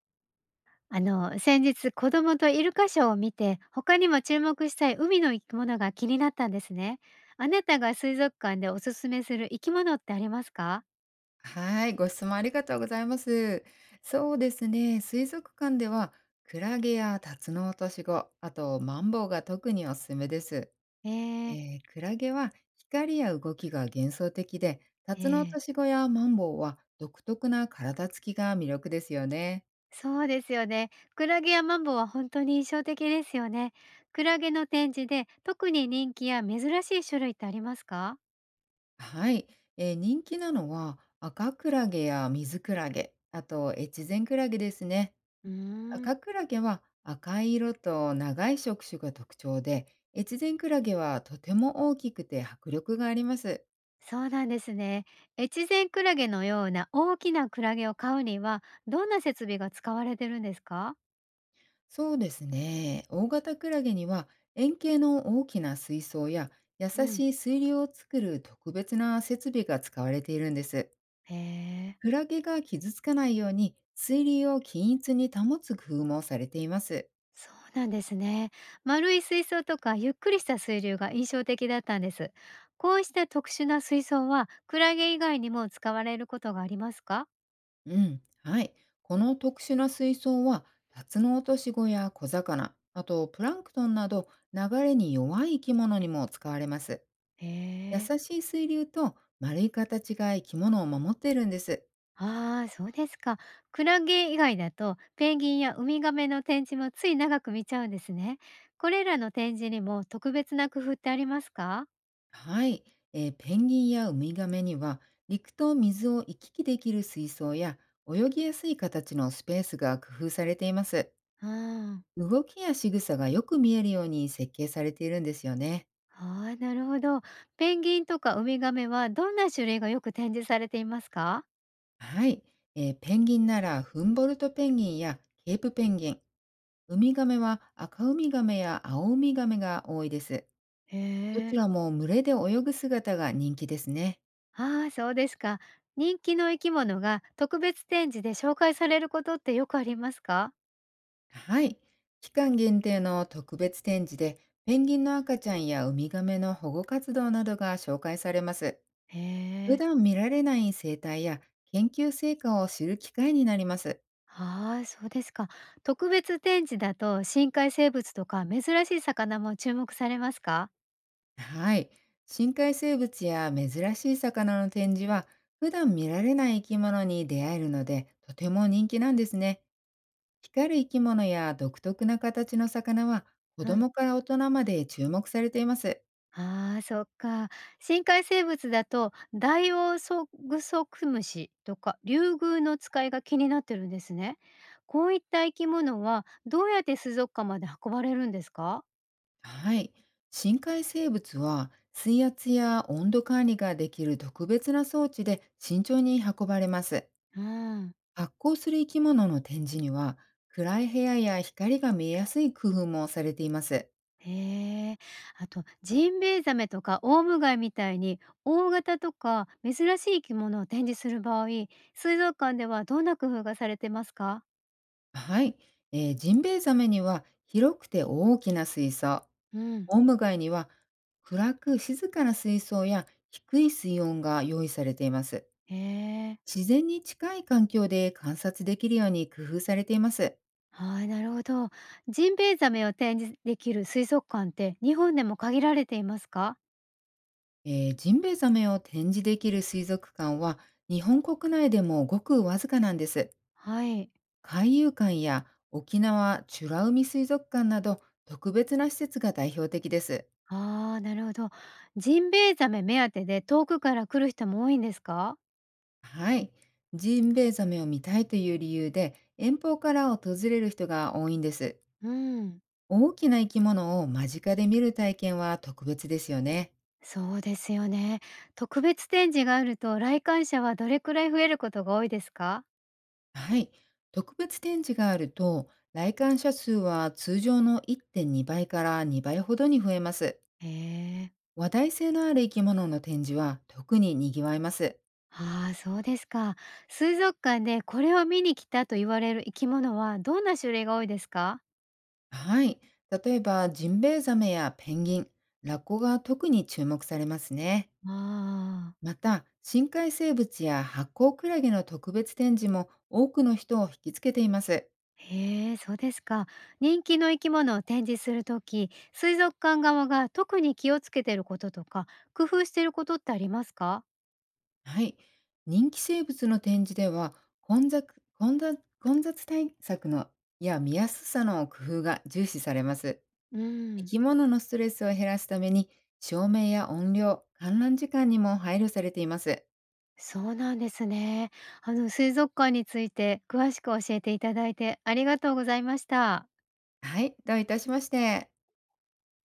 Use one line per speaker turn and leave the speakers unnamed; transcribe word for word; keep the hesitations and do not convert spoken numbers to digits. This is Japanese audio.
あの、先日子供とイルカショーを見て、他にも注目したい海の生き物が気になったんですね。あなたが水族館でおすすめする生き物ってありますか？
はい、ご質問ありがとうございます。そうですね、水族館ではクラゲやタツノオトシゴ、あとマンボウが特におすすめです。
えー、
えークラゲは光や動きが幻想的で、タ
え
ツノオ
ー、
トシゴやマンボウは独特な体つきが魅力ですよね。
そうですよね。クラゲやマンボウは本当に印象的ですよね。クラゲの展示で特に人気や珍しい種類ってありますか？
はい、えー人気なのは赤クラゲや水クラゲ、あと越前クラゲですね。
うーん、
赤クラゲは赤い色と長い触手が特徴で、越前クラゲはとても大きくて迫力があります。
そうなんですね。越前クラゲのような大きなクラゲを飼うには、どんな設備が使われてるんですか？
そうですね。大型クラゲには円形の大きな水槽や優
うん。
しい水流を作る特別な設備が使われているんです。
へえ。
クラゲが傷つかないように水流を均一に保つ工夫もされています。
そうなんですね。丸い水槽とかゆっくりした水流が印象的だったんです。こうした特殊な水槽はクラゲ以外にも使われることがありますか？
うん、はい。この特殊な水槽は、タツノオトシゴや小魚、あとプランクトンなど流れに弱い生き物にも使われます。
へ
優
え。
しい水流と丸い形が生き物を守っているんです。
ああー、そうですか。クラゲ以外だとペンギンやウミガメの展示もつい長く見ちゃうんですね。これらの展示にも特別な工夫ってありますか？
はい、えーペンギンやウミガメには、陸と水を行き来できる水槽や泳ぎやすい形のスペースが工夫されています。
うん。
動きや仕草がよく見えるように設計されているんですよね。
ああー、なるほど。ペンギンとかウミガメはどんな種類がよく展示されていますか？
はい、えーペンギンならフンボルトペンギンやケープペンギン、ウミガメは赤ウミガメや青ウミガメが多いです。
へ
どち
え。
らも群れで泳ぐ姿が人気ですね。
ああ、そうですか。人気の生き物が特別展示で紹介されることってよくありますか？
はい、期間限定の特別展示でペンギンの赤ちゃんやウミガメの保護活動などが紹介されます。
へ
普
え。
段見られない生態や研究成果を知る機会になります。
ああ、そうですか。特別展示だと深海生物とか珍しい魚も注目されますか？
はい。深海生物や珍しい魚の展示は、普段見られない生き物に出会えるので、とても人気なんですね。光る生き物や独特な形の魚は、子
うん。
供から大人まで注目されています。
ああ、そっか。深海生物だとダイオウソグソクムシとかリュウグウノツカイが気になってるんですね。こういった生き物はどうやって水族館まで運ばれるんですか？
はい。深海生物は、水圧や温度管理ができる特別な装置で慎重に運ばれます。
うん。
発光する生き物の展示には、暗い部屋や光が見えやすい工夫もされています。
へえ。あとジンベエザメとかオウムガイみたいに大型とか珍しい生き物を展示する場合、水族館ではどんな工夫がされてますか？
はい、えージンベエザメには広くて大きな水槽、
うん。
オウムガイには暗く静かな水槽や低い水温が用意されています。
へえ。
自然に近い環境で観察できるように工夫されています。
はい、なるほど。ジンベエザメを展示できる水族館って日本でも限られていますか？
えージンベエザメを展示できる水族館は日本国内でもごくわずかなんです。
はい。
海遊館や沖縄美ら海水族館など特別な施設が代表的です。
ああ、なるほど。ジンベエザメ目当てで遠くから来る人も多いんですか？
はい。ジンベエザメを見たいという理由で遠方から訪れる人が多いんです。
うん。
大きな生き物を間近で見る体験は特別ですよね。
そうですよね。特別展示があると来館者はどれくらい増えることが多いですか？
はい。特別展示があると来館者数は通常のいってんにばいからにばいほどに増えます。
へえ。
話題性のある生き物の展示は特に賑わいます。
ああ、そうですか。水族館でこれを見に来たと言われる生き物はどんな種類が多いですか？
はい。例えばジンベエザメやペンギン、ラッコが特に注目されますね。
ああ。
また、深海生物や発光クラゲの特別展示も多くの人を引きつけています。
へえ、そうですか。人気の生き物を展示するとき、水族館側が特に気をつけてることとか、工夫してることってありますか？
はい。人気生物の展示では、混雑混雑混雑対策のや見やすさの工夫が重視されます。
う
生
ん。
き物のストレスを減らすために、照明や音量、観覧時間にも配慮されています。
そうなんですね。あの、水族館について詳しく教えていただいてありがとうございました。
はい、どういたしまして。